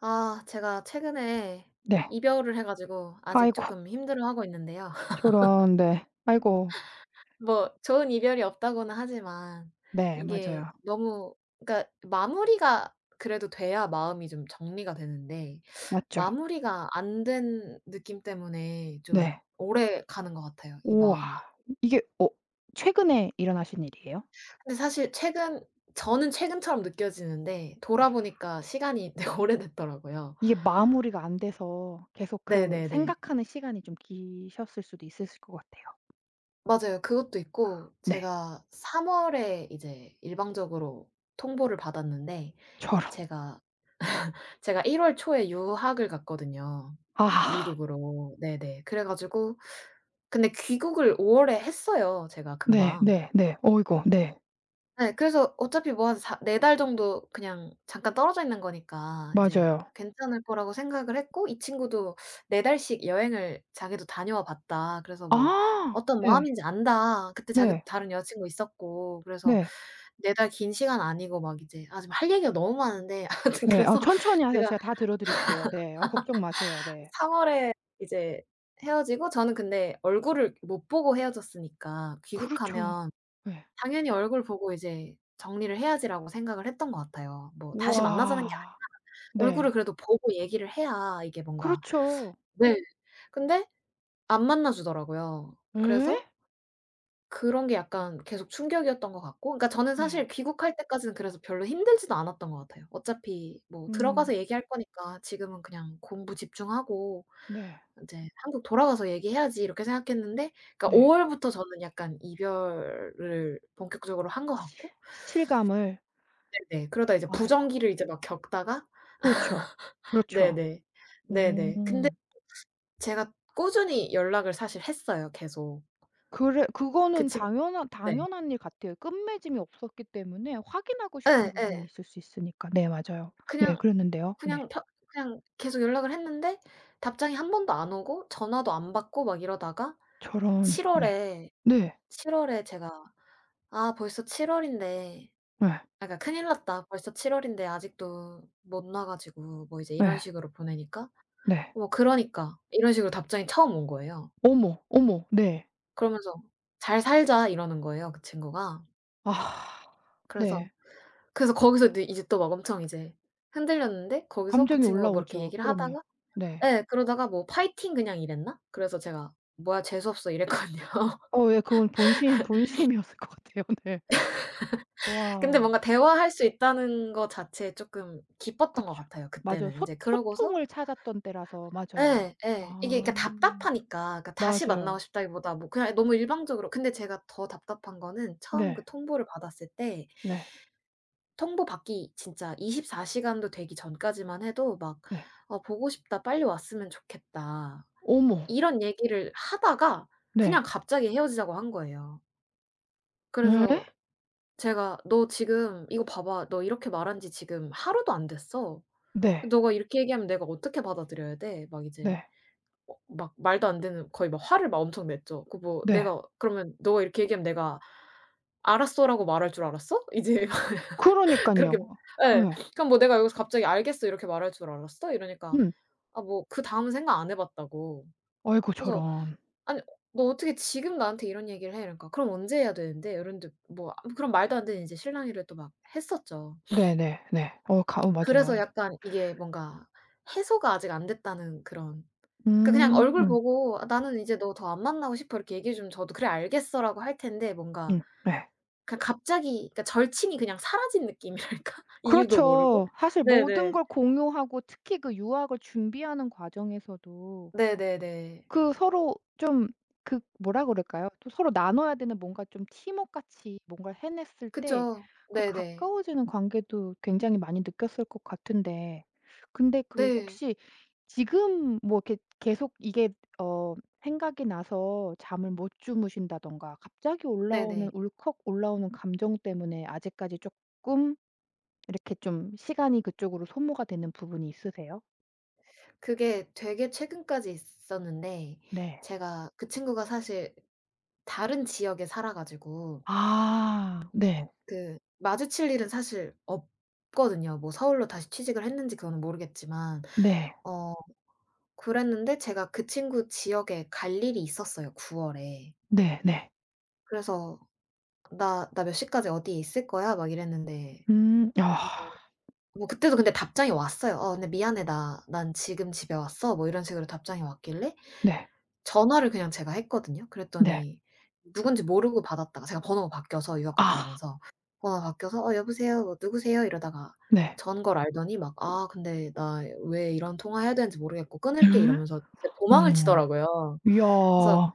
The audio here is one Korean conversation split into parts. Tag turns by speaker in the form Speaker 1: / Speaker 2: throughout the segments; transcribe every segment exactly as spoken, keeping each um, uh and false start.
Speaker 1: 아 제가 최근에
Speaker 2: 네.
Speaker 1: 이별을 해 가지고 아직
Speaker 2: 아이고
Speaker 1: 조금 힘들어하고 있는데요.
Speaker 2: 저런 네. 아이고.
Speaker 1: 뭐 좋은 이별이 없다고는 하지만
Speaker 2: 네
Speaker 1: 이게
Speaker 2: 맞아요.
Speaker 1: 너무 그러니까 마무리가 그래도 돼야 마음이 좀 정리가 되는데
Speaker 2: 맞죠.
Speaker 1: 마무리가 안 된 느낌 때문에 좀
Speaker 2: 네.
Speaker 1: 오래 가는 것 같아요, 이
Speaker 2: 우와.
Speaker 1: 마음이.
Speaker 2: 이게 어 최근에 일어나신 일이에요?
Speaker 1: 근데 사실 최근 저는 최근처럼 느껴지는데 돌아보니까 시간이 되게 오래됐더라고요.
Speaker 2: 이게 마무리가 안 돼서 계속 그
Speaker 1: 네네네.
Speaker 2: 생각하는 시간이 좀 기셨을 수도 있으실 것 같아요.
Speaker 1: 맞아요. 그것도 있고
Speaker 2: 네.
Speaker 1: 제가 삼 월에 이제 일방적으로 통보를 받았는데
Speaker 2: 저런.
Speaker 1: 제가 제가 일월 초에 유학을 갔거든요,
Speaker 2: 아.
Speaker 1: 미국으로. 네네. 그래 가지고 근데 귀국을 오 월에 했어요, 제가
Speaker 2: 네
Speaker 1: 금방.
Speaker 2: 네 네. 어이구 네.
Speaker 1: 네. 그래서 어차피 뭐 한 사 네 달 정도 그냥 잠깐 떨어져 있는 거니까 이제
Speaker 2: 맞아요.
Speaker 1: 괜찮을 거라고 생각을 했고 이 친구도 네 달씩 여행을 자기도 다녀와 봤다. 그래서 뭐
Speaker 2: 아.
Speaker 1: 어떤
Speaker 2: 네.
Speaker 1: 마음인지 안다. 그때 자기도
Speaker 2: 네.
Speaker 1: 다른 여자 친구 있었고 그래서
Speaker 2: 네.
Speaker 1: 네 달 긴 시간 아니고 막 이제 아 지금 할 얘기가 너무 많은데 아무튼
Speaker 2: 네. 아
Speaker 1: 그래서
Speaker 2: 천천히 하세요.
Speaker 1: 제가
Speaker 2: 제가 다 들어 드릴게요. 네. 아 걱정 마세요. 네.
Speaker 1: 삼 월에 이제 헤어지고 저는 근데 얼굴을 못 보고 헤어졌으니까
Speaker 2: 그렇죠.
Speaker 1: 귀국하면
Speaker 2: 네.
Speaker 1: 당연히 얼굴 보고 이제 '정리를 해야지.'라고 생각을 했던 것 같아요. 뭐 다시 만나자는 게 아니
Speaker 2: 우와.
Speaker 1: 얼굴을
Speaker 2: 네.
Speaker 1: 그래도 보고 얘기를 해야 이게 뭔가
Speaker 2: 그렇죠.
Speaker 1: 네. 근데 안 만나 주더라고요.
Speaker 2: 에?
Speaker 1: 그래서 그런 게 약간 계속 충격이었던 것 같고 그러니까 저는 사실
Speaker 2: 네.
Speaker 1: 귀국할 때까지는 그래서 별로 힘들지도 않았던 것 같아요. 어차피 뭐
Speaker 2: 음.
Speaker 1: 들어가서 얘기할 거니까 지금은 그냥 공부 집중하고
Speaker 2: 네.
Speaker 1: 인제 '한국 돌아가서 얘기해야지.' 이렇게 생각했는데 그러니까 오
Speaker 2: 네.
Speaker 1: 월부터 저는 약간 이별을 본격적으로 한 것 같고
Speaker 2: 실감을.
Speaker 1: 네네. 그러다 이제
Speaker 2: 아이고.
Speaker 1: 부정기를 이제 막 겪다가
Speaker 2: 그렇죠. 그렇죠.
Speaker 1: 네네. 네네. 근데
Speaker 2: 음.
Speaker 1: 제가 꾸준히 연락을 사실 했어요 계속.
Speaker 2: 그래
Speaker 1: 그
Speaker 2: 그거는
Speaker 1: 친
Speaker 2: 당연한
Speaker 1: 네.
Speaker 2: 당연한 일 같아요. 끝맺음이 없었기 때문에 확인하고 싶은 부분이
Speaker 1: 예예.
Speaker 2: 있을 수 있으니까. 네 맞아요. 네
Speaker 1: 그냥
Speaker 2: 그랬는데요. 네.
Speaker 1: 그냥 펴 그냥 계속 연락을 했는데 답장이 한 번도 안 오고 전화도 안 받고 막 이러다가
Speaker 2: 저런.
Speaker 1: 칠
Speaker 2: 네.
Speaker 1: 월에
Speaker 2: 네.
Speaker 1: 칠 월에 제가 '아 벌써 칠 월인데
Speaker 2: 예.
Speaker 1: 아 그러니까 큰일 났다. 벌써 칠 월인데 아직도 못 놔 가지고' 뭐 이제 이런
Speaker 2: 예.
Speaker 1: 식으로 보내니까
Speaker 2: 네.
Speaker 1: 뭐 "그러니까." 이런 식으로 답장이 처음 온 거예요.
Speaker 2: 어머, 어머. 네.
Speaker 1: 그러면서 "잘 살자." 이러는 거예요 그 친구가.
Speaker 2: 아.
Speaker 1: 그래서
Speaker 2: 네.
Speaker 1: 그래서 거기서 네 이제 또 막 엄청 이제 흔들렸는데 거기서 그
Speaker 2: 감정이
Speaker 1: 친구가 뭐 이렇게
Speaker 2: 올라오죠.
Speaker 1: 얘기를
Speaker 2: 그럼요.
Speaker 1: 하다가
Speaker 2: 네.
Speaker 1: 예 그러다가 뭐 "파이팅 그냥." 이랬나? 그래서 제가 "뭐야 재수 없어." 이랬거든요.
Speaker 2: 어 예. 그건 본심 본심이었을 것 같아요. 네.
Speaker 1: 근데
Speaker 2: 와.
Speaker 1: 뭔가 대화할 수 있다는 거 자체에 쪼끔 기뻤던 것
Speaker 2: 그쵸.
Speaker 1: 같아요
Speaker 2: 맞아요.
Speaker 1: 그때는.
Speaker 2: 소
Speaker 1: 인제 그러고서
Speaker 2: 소통을 찾았던 때라서 맞아요.
Speaker 1: 예 예. 이게 그러니까
Speaker 2: 아.
Speaker 1: 답답하니까 그러니까 다시 만나고
Speaker 2: 맞아요.
Speaker 1: 싶다기보다 뭐 그냥 너무 일방적으로 근데 제가 더 답답한 거는 처음
Speaker 2: 네.
Speaker 1: 그 통보를 받았을 때
Speaker 2: 네.
Speaker 1: 통보 받기 진짜 이십사 시간도 되기 전까지만 해도 막
Speaker 2: 네.
Speaker 1: "어 보고 싶다. 빨리 왔으면 좋겠다."
Speaker 2: 어머.
Speaker 1: 이런 얘기를 하다가 그냥
Speaker 2: 네.
Speaker 1: 갑자기 헤어지자고 한 거예요.
Speaker 2: 예?
Speaker 1: 그래서 제가 "너 지금 이거 봐 봐. 너 이렇게 말한 지 지금 하루도 안 됐어.
Speaker 2: 네.
Speaker 1: 너가 이렇게 얘기하면 내가 어떻게 받아들여야 돼?" 막 이제
Speaker 2: 네.
Speaker 1: 어 막 말도 안 되는 거의 막 화를 막 엄청 냈죠. 그 뭐
Speaker 2: 네.
Speaker 1: 내가 그러면 "너가 이렇게 얘기하면 내가 '알았어.'라고 말할 줄 알았어?" 이제 막 그렇게
Speaker 2: 그러니깐요.
Speaker 1: 예.
Speaker 2: 예.
Speaker 1: 그럼 뭐 "내가 여기서 갑자기 '알겠어.' 이렇게 말할 줄 알았어?" 이러니까
Speaker 2: 음.
Speaker 1: "아 뭐 그다음은 생각 안 해 봤다."고.
Speaker 2: 아이고
Speaker 1: 그래서
Speaker 2: 저런.
Speaker 1: "아니 너 어떻게 지금 나한테 이런 얘기를 해?" 이러니까 "그럼 언제 해야 되는데?" 이러는데 뭐 아 그런 말도 안 되는 이제 실랑이를 또 막 했었죠.
Speaker 2: 네네 네. 네. 어가 어 맞아요.
Speaker 1: 그래서
Speaker 2: 예.
Speaker 1: 약간 이게 뭔가 해소가 아직 안 됐다는 그런 그러니까 그냥 얼굴
Speaker 2: 음.
Speaker 1: 보고 "아 나는 이제 너 더 안 만나고 싶어." 이렇게 얘기해 주면 저도 "그래 알겠어."라고 할 텐데 뭔가
Speaker 2: 음 네.
Speaker 1: 그냥 갑자기 그러니까 절친이 그냥 사라진 느낌이랄까? 이유도 모르고.
Speaker 2: 그렇죠. 사실 모든
Speaker 1: 네네.
Speaker 2: 걸 공유하고 특히 그 유학을 준비하는 과정에서도
Speaker 1: 네네네.
Speaker 2: 그 서로 좀 그 뭐라 그럴까요? 또 서로 나눠야 되는 뭔가 좀 팀워크 같이 뭔가를 해냈을 때
Speaker 1: 그쵸.
Speaker 2: 그
Speaker 1: 네네.
Speaker 2: 가까워지는 관계도 굉장히 많이 느꼈을 것 같은데 근데 그
Speaker 1: 네.
Speaker 2: 혹시 지금 뭐 이렇게 계속 이게 어 생각이 나서 잠을 못 주무신다든가 갑자기 올라오는
Speaker 1: 네네.
Speaker 2: 울컥 올라오는 감정 때문에 아직까지 쪼끔 이렇게 좀 시간이 그쪽으로 소모가 되는 부분이 있으세요?
Speaker 1: 그게 되게 최근까지 있었는데
Speaker 2: 네.
Speaker 1: 제가 그 친구가 사실 다른 지역에 살아 가지고
Speaker 2: 아. 네.
Speaker 1: 그 마주칠 일은 사실 없거든요. 뭐 서울로 다시 취직을 했는지 그거는 모르겠지만
Speaker 2: 네.
Speaker 1: 어 그랬는데 제가 그 친구 지역에 갈 일이 있었어요 구 월에.
Speaker 2: 네네.
Speaker 1: 그래서 "나 나 몇 시까지 어디에 있을 거야." 막 이랬는데
Speaker 2: 음. 아
Speaker 1: 뭐 그때도 근데 답장이 왔어요. "어 근데 미안해. 나 난 지금 집에 왔어." 뭐 이런 식으로 답장이 왔길래
Speaker 2: 네.
Speaker 1: 전화를 그냥 제가 했거든요.
Speaker 2: 네.
Speaker 1: 그랬더니 누군지 모르고 받았다가 제가 번호가 바뀌어서 유학 갔다
Speaker 2: 아
Speaker 1: 오면서 번호가 바뀌어서 "어 여보세요. 뭐 누구세요?" 이러다가
Speaker 2: 네.
Speaker 1: 전 걸 알더니 막 "아 근데 나 왜 이런 통화해야 되는지 모르겠고 끊을게."
Speaker 2: 예?
Speaker 1: 이러면서 진짜
Speaker 2: 어.
Speaker 1: 도망을 치더라고요. 그래서
Speaker 2: 이야.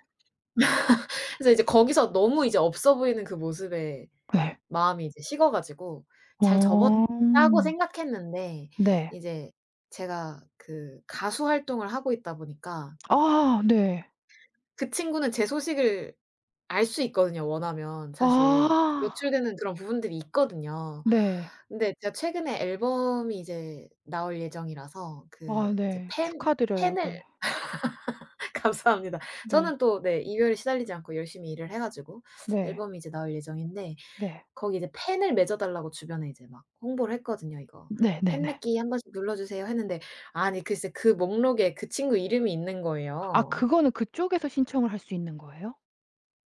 Speaker 1: 그래서 이제 거기서 너무 이제 없어 보이는 그 모습에
Speaker 2: 네.
Speaker 1: 마음이 이제 식어 가지고 잘
Speaker 2: 어.
Speaker 1: 접었다고 생각했는데
Speaker 2: 네.
Speaker 1: 이제 제가 그 가수 활동을 하고 있다 보니까
Speaker 2: 아 네.
Speaker 1: 그 친구는 제 소식을 알 수 있거든요 원하면 사실. 그
Speaker 2: 아
Speaker 1: 노출되는 그런 부분들이 있거든요.
Speaker 2: 네.
Speaker 1: 근데 제가 최근에 앨범이 이제 나올 예정이라서
Speaker 2: 아
Speaker 1: 그 이제
Speaker 2: 네.
Speaker 1: 팬
Speaker 2: 축하드려요.
Speaker 1: 팬을
Speaker 2: 네.
Speaker 1: 감사합니다.
Speaker 2: 네.
Speaker 1: 저는 또 네 이별에 시달리지 않고 열심히 일을 해 가지고
Speaker 2: 네.
Speaker 1: 앨범이 이제 나올 예정인데
Speaker 2: 네.
Speaker 1: 거기 이제 펜을 맺어 달라고 주변에 이제 막 홍보를 했거든요. "이거 펜
Speaker 2: 네네네.
Speaker 1: 맺기 한 번씩 눌러 주세요." 했는데 아니 글쎄 그 목록에 그 친구 이름이 있는
Speaker 2: 아
Speaker 1: 거예요.
Speaker 2: 그거는 그쪽에서 신청을 할 수 있는 거예요?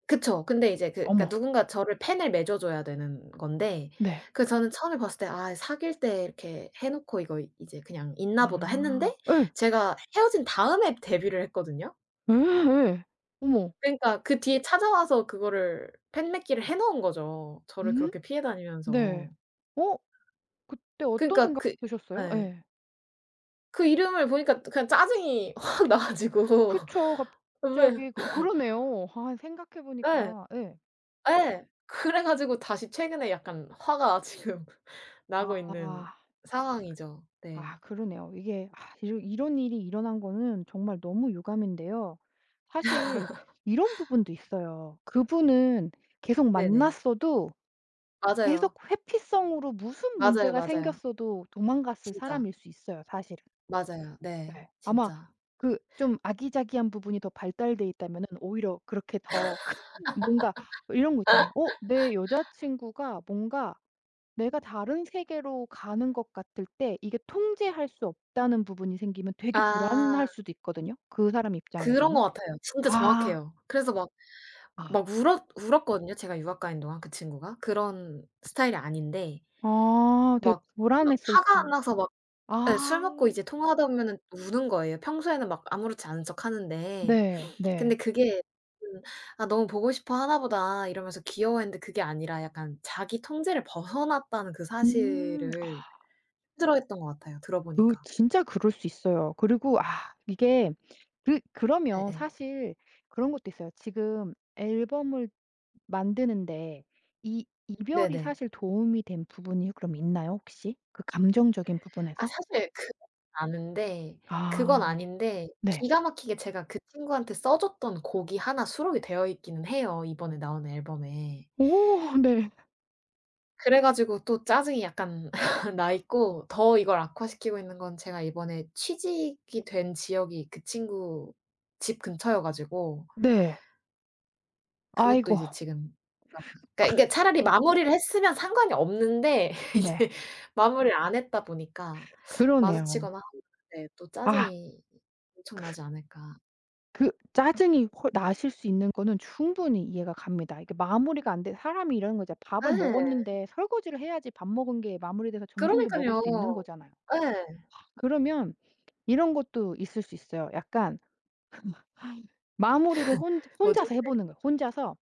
Speaker 1: 그쵸. 근데 이제 그 그러니까
Speaker 2: 어머.
Speaker 1: 누군가 저를 펜을 맺어 줘야 되는 건데
Speaker 2: 네.
Speaker 1: 그 저는 처음에 봤을 때 '아 사귈 때 이렇게 해 놓고 이거 이제 그냥 있나 보다.'
Speaker 2: 아.
Speaker 1: 했는데
Speaker 2: 예.
Speaker 1: 제가 헤어진 다음에 데뷔를 했거든요.
Speaker 2: 예예. 어머.
Speaker 1: 그러니까 그 뒤에 찾아와서 그거를 펜 맺기를 해 놓은 거죠, 저를
Speaker 2: 음?
Speaker 1: 그렇게 피해
Speaker 2: 네.
Speaker 1: 다니면서.
Speaker 2: 어 그때 어떤
Speaker 1: 그러니까
Speaker 2: 생각
Speaker 1: 그
Speaker 2: 드셨어요?
Speaker 1: 예.
Speaker 2: 예.
Speaker 1: 그 이름을 보니까 그냥 짜증이 확 나 가지고
Speaker 2: 그쵸.
Speaker 1: 왜
Speaker 2: 갑자기 그 어 그러네요. 아 생각해
Speaker 1: 예.
Speaker 2: 보니까 예.
Speaker 1: 예. 그래 가지고 다시 최근에 약간 화가 지금 나고 있는
Speaker 2: 아.
Speaker 1: 상황이죠.
Speaker 2: 아
Speaker 1: 네.
Speaker 2: 그러네요. 이게 아 이러 이런 일이 일어난 거는 정말 너무 유감인데요. 사실 이런 부분도 있어요. 그분은 계속
Speaker 1: 네네.
Speaker 2: 만났어도 계속
Speaker 1: 맞아요.
Speaker 2: 회피성으로 무슨
Speaker 1: 맞아요,
Speaker 2: 문제가
Speaker 1: 맞아요.
Speaker 2: 생겼어도 도망갔을
Speaker 1: 진짜.
Speaker 2: 사람일 수 있어요 사실은.
Speaker 1: 맞아요. 네.
Speaker 2: 네. 아마
Speaker 1: 진짜.
Speaker 2: 그 좀 아기자기한 부분이 더 발달돼 있다면은 오히려 그렇게 더 큰 뭔가 이런 거 있잖아요. 어 내 여자친구가 뭔가 내가 다른 세계로 가는 것 같을 때 이게 통제할 수 없다는 부분이 생기면 되게
Speaker 1: 아.
Speaker 2: 불안할 수도 있거든요, 그 사람
Speaker 1: 그런
Speaker 2: 입장에서는.
Speaker 1: 것 같아요. 진짜
Speaker 2: 아.
Speaker 1: 정확해요. 그래서 막
Speaker 2: 아.
Speaker 1: 막 울었 울었거든요, 제가 유학 가 있는 동안 그 친구가. 그런 스타일이 아닌데
Speaker 2: 아 되게
Speaker 1: 막 막
Speaker 2: 불안했을
Speaker 1: 화가
Speaker 2: 수
Speaker 1: 나서 예. 술
Speaker 2: 아
Speaker 1: 먹고 이제 통화하다 보면은 우는 거예요. 평소에는 막 아무렇지 않은 척하는데.
Speaker 2: 네.
Speaker 1: 근데
Speaker 2: 네.
Speaker 1: 그게 음 '아 너무 보고 싶어 하나 보다.' 이러면서 귀여워했는데 그게 아니라 약간 자기 통제를 벗어났다는 그
Speaker 2: 음.
Speaker 1: 사실을
Speaker 2: 아
Speaker 1: 힘들어했던 것 같아요
Speaker 2: 그
Speaker 1: 들어보니까.
Speaker 2: 진짜 그럴 수 있어요. 그리고 아 이게 그 그러면
Speaker 1: 예예.
Speaker 2: 사실 그런 것도 있어요. 지금 앨범을 만드는데 이 이별이
Speaker 1: 네네.
Speaker 2: 사실 도움이 된 부분이 그럼 있나요 혹시? 그 감정적인
Speaker 1: 아
Speaker 2: 부분에서?
Speaker 1: 사실 그건 아는데
Speaker 2: 아
Speaker 1: 그건 아닌데
Speaker 2: 네.
Speaker 1: 기가 막히게 제가 그 친구한테 써 줬던 곡이 하나 수록이 되어 있기는 해요 이번에 나온 앨범에.
Speaker 2: 오 네.
Speaker 1: 그래 가지고 또 짜증이 약간 나 있고 더 이걸 악화시키고 있는 건 제가 이번에 취직이 된 지역이 그 친구 집 근처여 가지고
Speaker 2: 네.
Speaker 1: 그것도
Speaker 2: 아이고
Speaker 1: 이제 지금 막 그러니까 이게 차라리 마무리를 했으면 상관이 없는데
Speaker 2: 네.
Speaker 1: 이제 마무리를 안 했다 보니까
Speaker 2: 그러네요.
Speaker 1: 마주치거나 하면 네 또
Speaker 2: 아
Speaker 1: 짜증이 엄청나지 않을까.
Speaker 2: 그 짜증이 홀- 나실 수 있는 거는 충분히 이해가 갑니다. 이게 마무리가 안 돼 사람이 이러는 거죠. 밥을
Speaker 1: 네,
Speaker 2: 먹었는데 설거지를 해야지 밥 먹은 게 마무리돼서 점심도 먹을
Speaker 1: 그러니깐요.
Speaker 2: 수 있는 거잖아요.
Speaker 1: 네.
Speaker 2: 그러면 이런 것도 있을 수 있어요. 약간 마무리를 혼
Speaker 1: 뭐죠?
Speaker 2: 혼자서 해 보는 거예요. 혼자서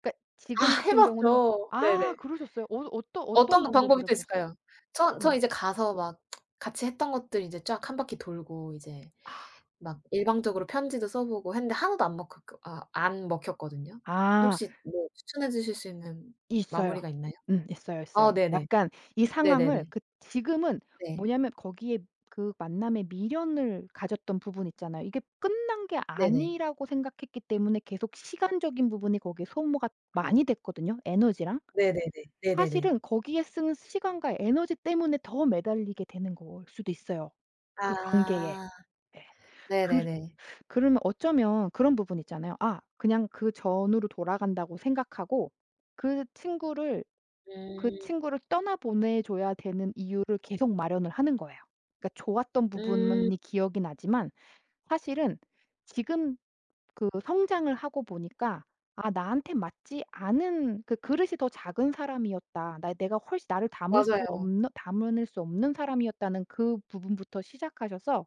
Speaker 2: 그러니까 지금
Speaker 1: 아 해
Speaker 2: 같은 경우는
Speaker 1: 봤죠.
Speaker 2: 아
Speaker 1: 네네.
Speaker 2: 그러셨어요? 어 어떤 어떤
Speaker 1: 어떤 방법이
Speaker 2: 방법으로 해
Speaker 1: 또
Speaker 2: 보셨어요?
Speaker 1: 있을까요? 저 저
Speaker 2: 네.
Speaker 1: 이제 가서 막 같이 했던 것들 이제 쫙 한 바퀴 돌고 이제
Speaker 2: 아
Speaker 1: 막 일방적으로 편지도 써 보고 했는데 하나도 안 먹혔거 아 안 먹혔거든요.
Speaker 2: 아,
Speaker 1: 혹시 뭐 추천해 주실 수 있는
Speaker 2: 있어요.
Speaker 1: 마무리가 있나요?
Speaker 2: 음 있어요,
Speaker 1: 어
Speaker 2: 있어요.
Speaker 1: 네네.
Speaker 2: 약간 이 상황을
Speaker 1: 네네네.
Speaker 2: 그 지금은
Speaker 1: 네.
Speaker 2: 뭐냐면 거기에 그 만남의 미련을 가졌던 부분 있잖아요. 이게 끝난 게
Speaker 1: 네네.
Speaker 2: 아니라고 생각했기 때문에 계속 시간적인 부분이 거기에 소모가 많이 됐거든요, 에너지랑.
Speaker 1: 네네네. 네네네.
Speaker 2: 사실은 거기에 쓰는 시간과 에너지 때문에 더 매달리게 되는 걸 수도 있어요, 그 음. 관계에.
Speaker 1: 아.
Speaker 2: 예. 그
Speaker 1: 네네네.
Speaker 2: 그러면 어쩌면 그런 부분 있잖아요. '아 그냥 그 전으로 돌아간다.'고 생각하고 그 친구를 그
Speaker 1: 음.
Speaker 2: 친구를 떠나 보내 줘야 되는 이유를 계속 마련을 하는 거예요. 그러니까 좋았던
Speaker 1: 음.
Speaker 2: 부분이 기억이 나지만 사실은 지금 그 성장을 하고 보니까 '아 나한테 맞지 않은 그 그릇이 더 작은 사람이었다. 나 내가 훨씬 나를 담을 수
Speaker 1: 맞아요.
Speaker 2: 없는 담을 수 없는 사람이었다.'는 그 부분부터 시작하셔서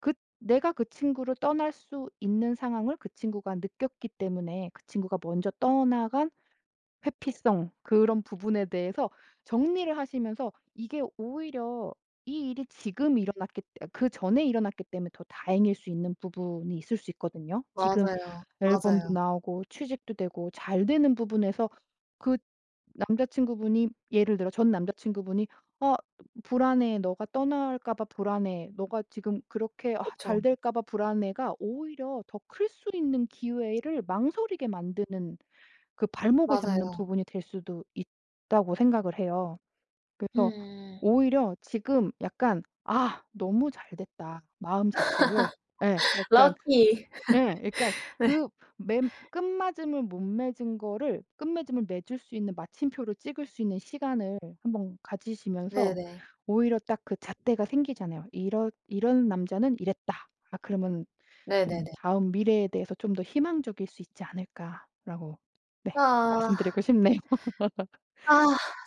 Speaker 2: 그 내가 그 친구를 떠날 수 있는 상황을 그 친구가 느꼈기 때문에 그 친구가 먼저 떠나간 회피성 그런 부분에 대해서 정리를 하시면서 이게 오히려 이 일이 지금 일어났기 그 전에 일어났기 때문에 더 다행일 수 있는 부분이 있을 수 있거든요. 지금
Speaker 1: 맞아요.
Speaker 2: 앨범도
Speaker 1: 맞아요.
Speaker 2: 나오고 취직도 되고 잘 되는 부분에서 그 남자친구분이 예를 들어 전 남자친구분이 어 불안해. 너가 떠날까 봐 불안해. 너가 지금 그렇게 아
Speaker 1: 그쵸.
Speaker 2: 잘 될까 봐 불안해."가 오히려 더 클 수 있는 기회를 망설이게 만드는 그 발목을 잡는
Speaker 1: 맞아요.
Speaker 2: 부분이 될 수도 있다고 생각을 해요. 그래서
Speaker 1: 음.
Speaker 2: 오히려 지금 약간 '아 너무 잘 됐다.' 마음 자체를 예 약간
Speaker 1: 럭키.
Speaker 2: 예. 그러니까 그 맨 끝맺음을 못 맺은 거를 끝맺음을 맺을 수 있는 마침표를 찍을 수 있는 시간을 한번 가지시면서
Speaker 1: 네네.
Speaker 2: 오히려 딱 그 잣대가 생기잖아요. '이런 이런 남자는 이랬다.' 아 그러면 좀
Speaker 1: 네네네.
Speaker 2: 다음 미래에 대해서 좀 더 희망적일 수 있지 않을까라고 네
Speaker 1: 아.
Speaker 2: 말씀드리고 싶네요.
Speaker 1: 아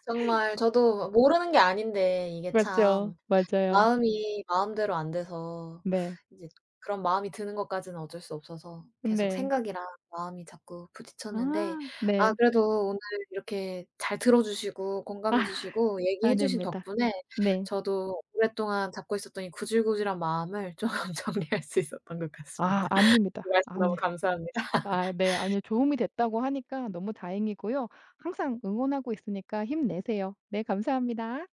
Speaker 1: 정말 저도 모르는 게 아닌데 이게
Speaker 2: 맞죠.
Speaker 1: 참
Speaker 2: 맞아요.
Speaker 1: 마음이 마음대로 안 돼서
Speaker 2: 네.
Speaker 1: 이제 그런 마음이 드는 것까지는 어쩔 수 없어서 계속
Speaker 2: 네.
Speaker 1: 생각이랑 마음이 자꾸 부딪혔는데
Speaker 2: 아
Speaker 1: 아
Speaker 2: 네.
Speaker 1: 그래도 오늘 이렇게 잘 들어 주시고
Speaker 2: 아
Speaker 1: 공감해 주시고 얘기해 주신
Speaker 2: 아닙니다.
Speaker 1: 덕분에
Speaker 2: 네.
Speaker 1: 저도 오랫동안 잡고 있었던 이 구질구질한 마음을 조금 정리할 수 있었던 것
Speaker 2: 아
Speaker 1: 같습니다.
Speaker 2: 아닙니다.
Speaker 1: 말씀 너무
Speaker 2: 아니
Speaker 1: 감사합 니다
Speaker 2: 아 네. 아니요. 도움이 됐다고 하니까 너무 다행이고요. 항상 응원하고 있으니까 힘내세요. 네 감사합니다.